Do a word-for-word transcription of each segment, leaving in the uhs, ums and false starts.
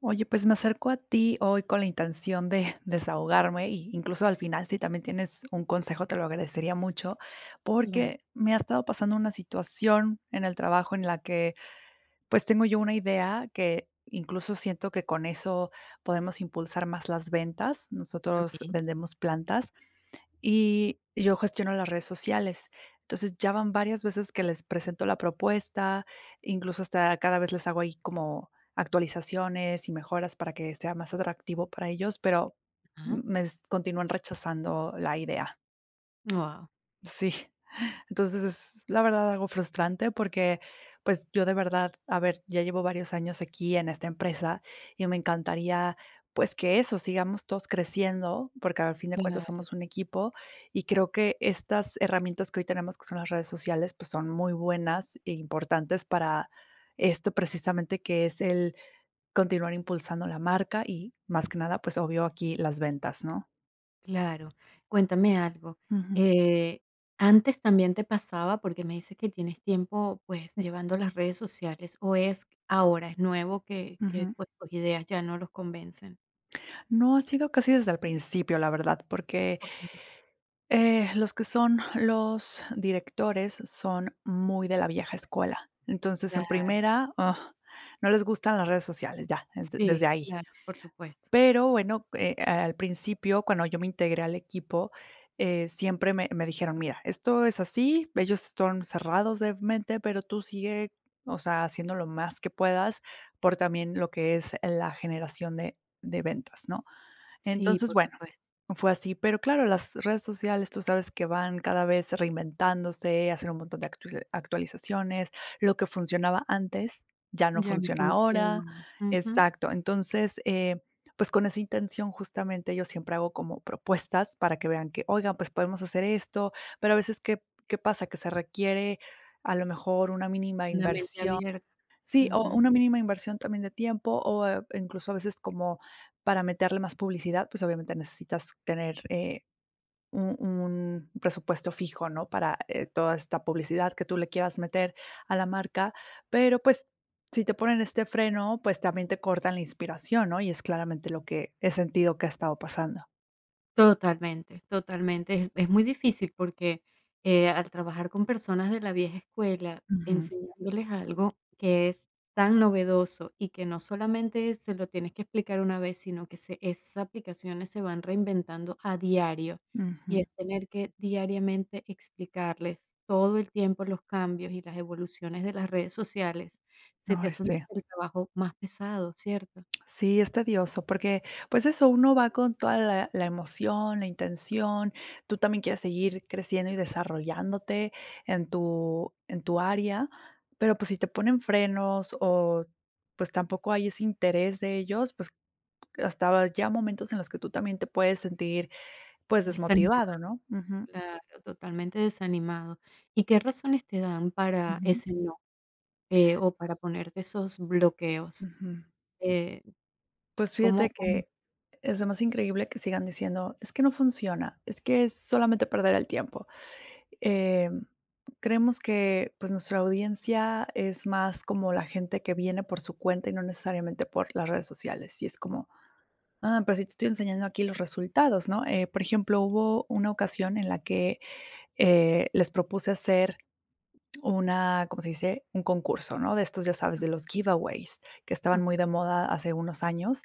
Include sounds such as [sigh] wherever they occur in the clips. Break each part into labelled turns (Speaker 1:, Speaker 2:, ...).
Speaker 1: Oye, pues me acerco a ti hoy con la intención de [laughs] desahogarme y incluso al final, si también tienes un consejo, te lo agradecería mucho,
Speaker 2: Claro,
Speaker 1: porque me ha estado pasando una situación en el trabajo en la que pues tengo yo una idea que incluso siento que con eso podemos impulsar más las ventas. Nosotros
Speaker 2: okey,
Speaker 1: vendemos plantas y yo gestiono las redes sociales. Entonces, ya van varias veces que les presento la propuesta, incluso hasta cada vez les hago ahí como actualizaciones y mejoras para que sea más atractivo para ellos, pero
Speaker 2: ajá.
Speaker 1: me s- continúan rechazando la idea.
Speaker 2: Guau.
Speaker 1: Sí. Entonces, es la verdad algo frustrante porque, pues, yo de verdad, a ver, ya llevo varios años aquí en esta empresa y me encantaría, pues, que eso, sigamos todos creciendo, porque al fin de cuentas
Speaker 2: Claro,
Speaker 1: somos un equipo y creo que estas herramientas que hoy tenemos, que son las redes sociales, pues, son muy buenas e importantes para esto precisamente que es el continuar impulsando la marca y más que nada, pues, obvio aquí las ventas, ¿no?
Speaker 2: claro. Cuéntame algo,
Speaker 1: Ujú,
Speaker 2: eh, ¿antes también te pasaba? Porque me dices que tienes tiempo, pues, llevando las redes sociales, ¿o es ahora, es nuevo que que,
Speaker 1: ujú.
Speaker 2: pues, tus ideas ya no los convencen?
Speaker 1: No, ha sido casi desde el principio, la verdad, porque
Speaker 2: Okey,
Speaker 1: Eh, los que son los directores son muy de la vieja escuela. Entonces, en
Speaker 2: claro.
Speaker 1: primera, ah, no les gustan las redes sociales, ya, de
Speaker 2: Sí,
Speaker 1: desde ahí.
Speaker 2: claro, por supuesto.
Speaker 1: Pero bueno, eh, al principio, cuando yo me integré al equipo, eh, siempre me me dijeron: "Mira, esto es así, ellos son cerrados de mente, pero tú sigue, o sea, haciendo lo más que puedas por también lo que es la generación de de ventas", ¿no?
Speaker 2: Sí,
Speaker 1: Entonces,
Speaker 2: por
Speaker 1: bueno,
Speaker 2: supuesto.
Speaker 1: fue así, pero claro, las redes sociales, tú sabes que van cada vez reinventándose, hacen un montón de actua- actualizaciones, lo que funcionaba antes ya no
Speaker 2: Ya no
Speaker 1: funciona
Speaker 2: funciona.
Speaker 1: ahora,
Speaker 2: Ujú.
Speaker 1: exacto. Entonces, eh, pues con esa intención justamente yo siempre hago como propuestas para que vean que, oigan, pues podemos hacer esto, pero a veces, ¿qué, qué pasa? Que se requiere a lo mejor una mínima
Speaker 2: Una mente
Speaker 1: inversión.
Speaker 2: abierta.
Speaker 1: Sí, o
Speaker 2: Ujú.
Speaker 1: una mínima inversión también de tiempo, o, eh, incluso a veces como para meterle más publicidad, pues, obviamente necesitas tener, eh, un un presupuesto fijo, ¿no? Para, eh, toda esta publicidad que tú le quieras meter a la marca, pero, pues, si te ponen este freno, pues, también te cortan la inspiración, ¿no? Y es claramente lo que he sentido que ha estado pasando.
Speaker 2: Totalmente, totalmente. Es es muy difícil porque, eh, al trabajar con personas de la vieja escuela,
Speaker 1: Ujú,
Speaker 2: enseñándoles algo que es tan novedoso y que no solamente se lo tienes que explicar una vez, sino que se esas aplicaciones se van reinventando a diario, y
Speaker 1: ujú.
Speaker 2: es tener que diariamente explicarles todo el tiempo los cambios y las evoluciones de las redes sociales, se te
Speaker 1: Ay,
Speaker 2: hace un-
Speaker 1: sí.
Speaker 2: el trabajo más pesado, ¿cierto?
Speaker 1: Sí, es tedioso porque, pues eso, uno va con toda la, la emoción, la intención, tú también quieres seguir creciendo y desarrollándote en tu, en tu área, pero pues si te ponen frenos o pues tampoco hay ese interés de ellos, pues hasta ya momentos en los que tú también te puedes sentir pues desmotivado, ¿no? Ujú,
Speaker 2: Claro, totalmente desanimado. ¿Y qué razones te dan para
Speaker 1: ujú,
Speaker 2: ese no, eh, o para ponerte esos bloqueos?
Speaker 1: ujú.
Speaker 2: Eh,
Speaker 1: Pues
Speaker 2: ¿cómo,
Speaker 1: fíjate
Speaker 2: cómo?
Speaker 1: que es lo más increíble que sigan diciendo, es que no funciona, es que es solamente perder el tiempo. Eh, creemos que, pues, nuestra audiencia es más como la gente que viene por su cuenta y no necesariamente por las redes sociales. Y es como, ah, pero sí te estoy enseñando aquí los resultados, ¿no? Eh, por ejemplo, hubo una ocasión en la que, eh, les propuse hacer una, ¿cómo se dice? Un concurso, ¿no? De estos, ya sabes, de los giveaways, que
Speaker 2: Ah,
Speaker 1: estaban muy
Speaker 2: okey,
Speaker 1: de moda hace unos años,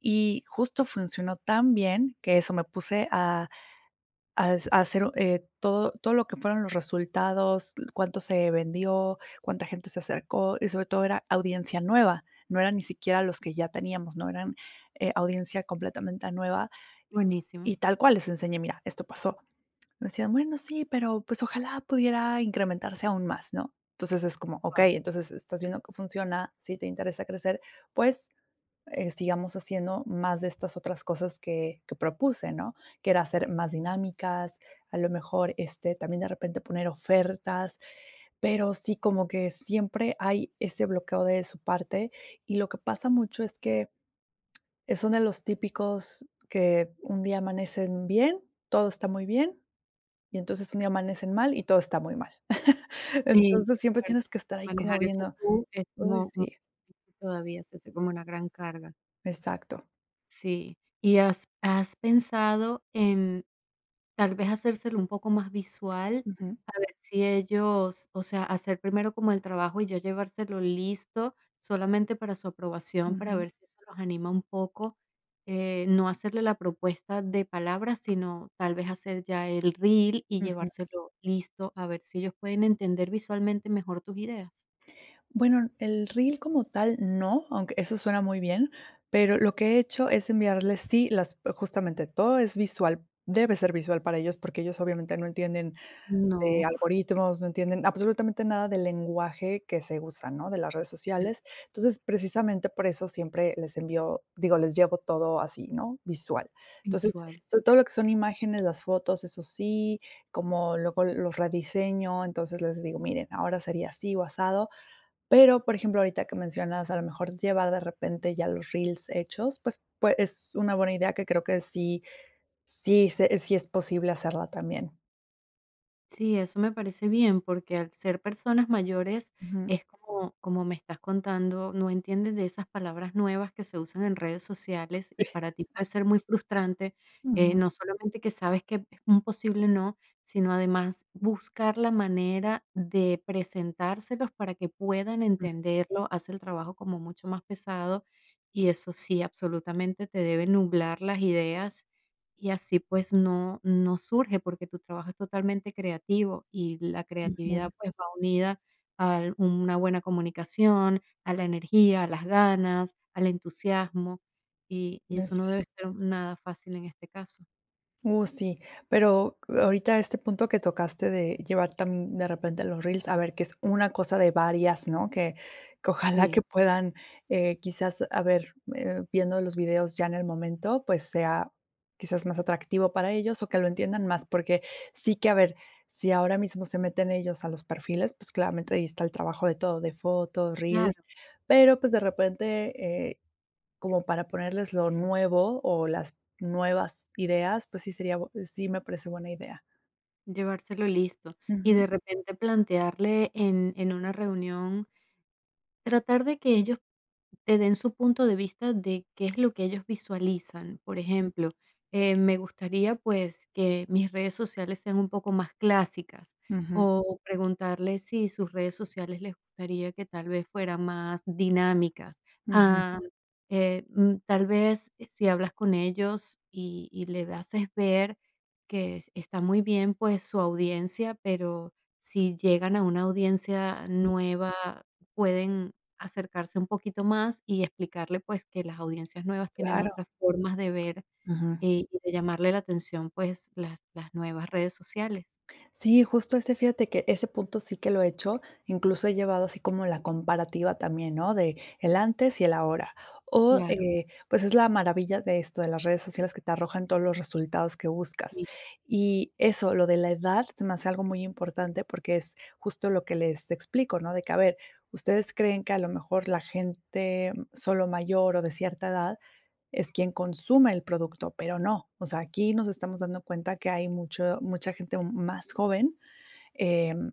Speaker 1: y justo funcionó tan bien que eso, me puse a a a hacer, eh, todo todo lo que fueron los resultados, cuánto se vendió, cuánta gente se acercó y sobre todo era audiencia nueva, no eran ni siquiera los que ya teníamos, no eran, eh, audiencia completamente nueva
Speaker 2: buenísimo.
Speaker 1: y tal cual les enseñé: "Mira, esto pasó". Me decían: "Bueno, sí, pero, pues, ojalá pudiera incrementarse aún más", ¿no? Entonces es como,
Speaker 2: Guau.
Speaker 1: okey, entonces estás viendo que funciona, si te interesa crecer, pues, eh, sigamos haciendo más de estas otras cosas que, que propuse, ¿no? Que era hacer más dinámicas, a lo mejor este, también de repente poner ofertas, pero sí como que siempre hay ese bloqueo de su parte y lo que pasa mucho es que son de los típicos que un día amanecen bien, todo está muy bien. Y entonces un día amanecen mal y todo está muy mal. [laughs]
Speaker 2: Sí,
Speaker 1: Entonces
Speaker 2: qué
Speaker 1: siempre tienes
Speaker 2: fuerte.
Speaker 1: que estar ahí como
Speaker 2: Manejar eso
Speaker 1: viendo,
Speaker 2: tú es
Speaker 1: uy,
Speaker 2: como mm,
Speaker 1: sí,
Speaker 2: todavía se hace como una gran carga.
Speaker 1: exacto.
Speaker 2: Sí. ¿Y has has pensado en tal vez hacérselo un poco más visual,
Speaker 1: Ujú,
Speaker 2: a ver si ellos, o sea, hacer primero como el trabajo y ya llevárselo listo solamente para su aprobación, para
Speaker 1: ujú,
Speaker 2: ver si eso los anima un poco. Eh, no hacerle la propuesta de palabras, sino tal vez hacer ya el reel y
Speaker 1: ujú.
Speaker 2: llevárselo listo, a ver si ellos pueden entender visualmente mejor tus ideas.
Speaker 1: Bueno, el reel como tal no, aunque eso suena muy bien, pero lo que he hecho es enviarles, sí, las justamente todo es visual, debe ser visual para ellos, porque ellos obviamente no entienden de
Speaker 2: No,
Speaker 1: algoritmos, no entienden absolutamente nada del lenguaje que se usa, ¿no? De las redes
Speaker 2: claro,
Speaker 1: sociales. Entonces, precisamente por eso siempre les envío, digo, les llevo todo así, ¿no? Visual. Entonces,
Speaker 2: visual.
Speaker 1: sobre todo lo que son imágenes, las fotos, eso sí, como luego los rediseño, entonces les digo, miren, ahora sería así o asado, pero, por ejemplo, ahorita que mencionas, a lo mejor llevar de repente ya los reels hechos, pues, pues es una buena idea que creo que sí, sí, se sí es posible hacerla también.
Speaker 2: Sí, eso me parece bien, porque al ser personas mayores
Speaker 1: Ujú.
Speaker 2: es como, como me estás contando, no entienden de esas palabras nuevas que se usan en redes sociales y
Speaker 1: Sí.
Speaker 2: para ti puede ser muy frustrante, eh,
Speaker 1: Ujú,
Speaker 2: no solamente que sabes que es un posible no, sino además buscar la manera de presentárselos para que puedan
Speaker 1: ujú.
Speaker 2: entenderlo, hace el trabajo como mucho más pesado y eso sí, absolutamente te debe nublar las ideas y así, pues, no no surge, porque tu trabajo es totalmente creativo, y la
Speaker 1: Ujú.
Speaker 2: creatividad, pues, va unida a una buena comunicación, a la energía, a las ganas, al entusiasmo, y y eso no
Speaker 1: Es
Speaker 2: debe ser nada fácil en este caso.
Speaker 1: Uh, sí, pero ahorita este punto que tocaste de llevar también de repente los reels, a ver, que es una cosa de varias, ¿no? Que, que ojalá
Speaker 2: Sí,
Speaker 1: que puedan, eh, quizás, a ver, eh, viendo los videos ya en el momento, pues sea quizás más atractivo para ellos o que lo entiendan más, porque sí que, a ver, si ahora mismo se meten ellos a los perfiles, pues claramente ahí está el trabajo de todo, de fotos, reels,
Speaker 2: claro,
Speaker 1: pero pues de repente, eh, como para ponerles lo nuevo o las nuevas ideas, pues sí sería bu sí me parece buena idea.
Speaker 2: llevárselo listo. Y
Speaker 1: Ujú.
Speaker 2: de repente plantearle en en una reunión. Tratar de que ellos te den su punto de vista de qué es lo que ellos visualizan. Por ejemplo, eh, me gustaría pues que mis redes sociales sean un poco más clásicas
Speaker 1: Ujú.
Speaker 2: o preguntarles si sus redes sociales les gustaría que tal vez fueran más dinámicas.
Speaker 1: Ujú.
Speaker 2: Ah, eh, mm, tal vez eh, si hablas con ellos y, y le haces ver que está muy bien pues su audiencia, pero si llegan a una audiencia
Speaker 1: Mm,
Speaker 2: nueva pueden acercarse un poquito más y explicarle, pues, que las audiencias nuevas tienen
Speaker 1: claro.
Speaker 2: otras formas de ver,
Speaker 1: Ujú.
Speaker 2: eh, y de llamarle la atención, pues, las las nuevas redes sociales.
Speaker 1: Sí, justo ese, fíjate que ese punto sí que lo he hecho, incluso he llevado así como la comparativa también, ¿no? De el antes y el ahora. O,
Speaker 2: Claro,
Speaker 1: eh, pues, es la maravilla de esto, de las redes sociales que te arrojan todos los resultados que buscas.
Speaker 2: sí.
Speaker 1: Y eso, lo de la edad, se me hace algo muy importante porque es justo lo que les explico, ¿no? De que, a ver, ustedes creen que a lo mejor la gente solo mayor o de cierta edad es quien consume el producto, pero no. O sea, aquí nos estamos dando cuenta que hay mucho mucha gente más joven, em,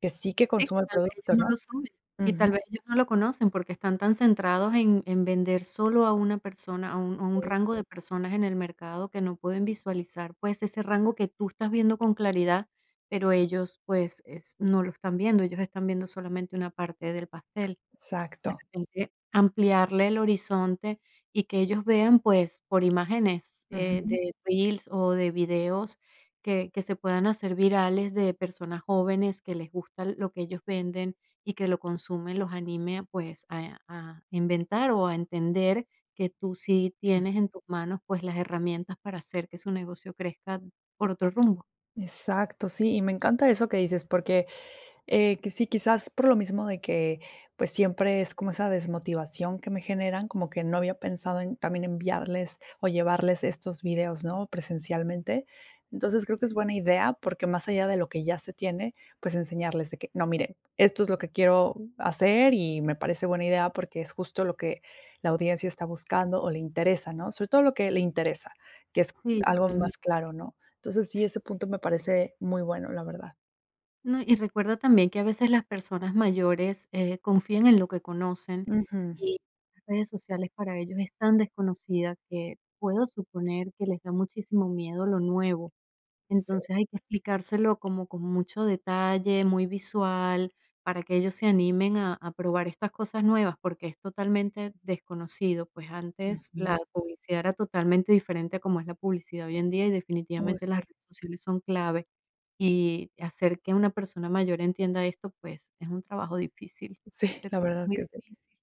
Speaker 1: que sí que
Speaker 2: Sí, que
Speaker 1: consume el
Speaker 2: tal vez ellos
Speaker 1: producto,
Speaker 2: no
Speaker 1: ¿no?
Speaker 2: lo saben, y
Speaker 1: Ujú,
Speaker 2: tal vez ellos no lo conocen porque están tan centrados en en vender solo a una persona, a un a un
Speaker 1: sí,
Speaker 2: rango de personas en el mercado que no pueden visualizar, pues, ese rango que tú estás viendo con claridad, pero ellos, pues, es no lo están viendo, ellos están viendo solamente una parte del pastel.
Speaker 1: exacto.
Speaker 2: Repente ampliarle el horizonte y que ellos vean, pues, por imágenes, eh,
Speaker 1: Ujú,
Speaker 2: de reels o de videos que que se puedan hacer virales de personas jóvenes que les gusta lo que ellos venden y que lo consumen, los anime, pues, a a inventar o a entender que tú sí
Speaker 1: mm,
Speaker 2: tienes en tus manos, pues, las herramientas para hacer que su negocio crezca por otro rumbo.
Speaker 1: exacto, sí, y me encanta eso que dices, porque Eh, que sí, quizás por lo mismo de que, pues, siempre es como esa desmotivación que me generan, como que no había pensado en también enviarles o llevarles estos videos, ¿no?, presencialmente. Entonces, creo que es buena idea, porque más allá de lo que ya se tiene, pues, enseñarles de que: "No, miren, esto es lo que quiero hacer y me parece buena idea", porque es justo lo que la audiencia está buscando o le interesa, ¿no? Sobre todo lo que le interesa, que es
Speaker 2: Sí,
Speaker 1: algo
Speaker 2: totalmente.
Speaker 1: más claro, ¿no? Entonces, sí, ese punto me parece muy bueno, la verdad.
Speaker 2: No, y recuerda también que a veces las personas mayores, eh, confían en lo que conocen
Speaker 1: Ujú.
Speaker 2: y las redes sociales para ellos es tan desconocida que puedo suponer que les da muchísimo miedo lo nuevo.
Speaker 1: Sí.
Speaker 2: Entonces hay que explicárselo como con mucho detalle, muy visual, para que ellos se animen a, a probar estas cosas nuevas, porque es totalmente desconocido. Pues antes
Speaker 1: Ujú.
Speaker 2: la publicidad era totalmente diferente a como es la publicidad hoy en día y
Speaker 1: Uy,
Speaker 2: definitivamente
Speaker 1: sí,
Speaker 2: las redes sociales son clave. Y hacer que una persona mayor entienda esto, pues es un trabajo difícil,
Speaker 1: sí,
Speaker 2: de-
Speaker 1: la verdad
Speaker 2: muy
Speaker 1: que sí.
Speaker 2: difícil.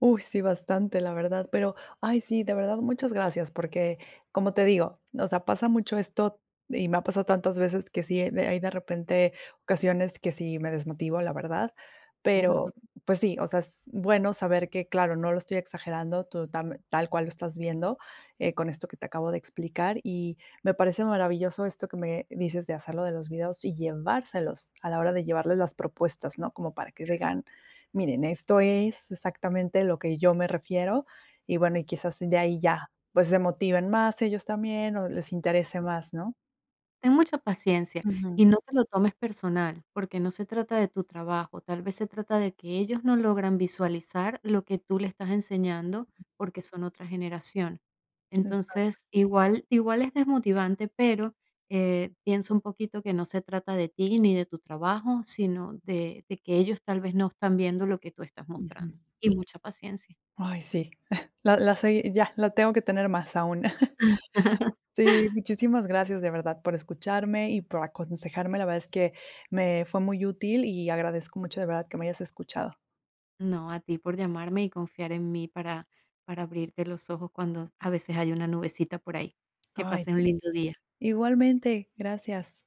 Speaker 1: Uy, sí, bastante, la verdad, pero, ay, sí, de verdad, muchas gracias, porque como te digo, o sea, pasa mucho esto y me ha pasado tantas veces que sí, eh, de- hay de repente ocasiones que sí me desmotivo, la verdad, pero
Speaker 2: Claro,
Speaker 1: pues sí, o sea, es bueno saber que, claro, no lo estoy exagerando, tú tam- tal cual lo estás viendo eh, con esto que te acabo de explicar y me parece maravilloso esto que me dices de hacerlo de los videos y llevárselos a la hora de llevarles las propuestas, ¿no? Como para que digan, miren, esto es exactamente lo que yo me refiero y bueno, y quizás de ahí ya, pues se motiven más ellos también o les interese más, ¿no?
Speaker 2: ten mucha paciencia
Speaker 1: Ujú.
Speaker 2: y no te lo tomes personal, porque no se trata de tu trabajo, tal vez se trata de que ellos no logran visualizar lo que tú le estás enseñando porque son otra generación.
Speaker 1: Exacto.
Speaker 2: Entonces, igual, igual es desmotivante, pero eh, piensa un poquito que no se trata de ti ni de tu trabajo, sino de, de que ellos tal vez no están viendo lo que tú estás
Speaker 1: Ujú.
Speaker 2: mostrando. Y mucha paciencia.
Speaker 1: Ay, sí, [laughs] la la segui ya, la tengo que tener más aún. [laughs] Sí, muchísimas gracias de verdad por escucharme y por aconsejarme. La verdad es que me fue muy útil y agradezco mucho de verdad que me hayas escuchado.
Speaker 2: No, a ti por llamarme y confiar en mí para para abrirte los ojos cuando a veces hay una nubecita por ahí. Que
Speaker 1: Ay,
Speaker 2: pases un
Speaker 1: sí.
Speaker 2: lindo día.
Speaker 1: Igualmente, gracias.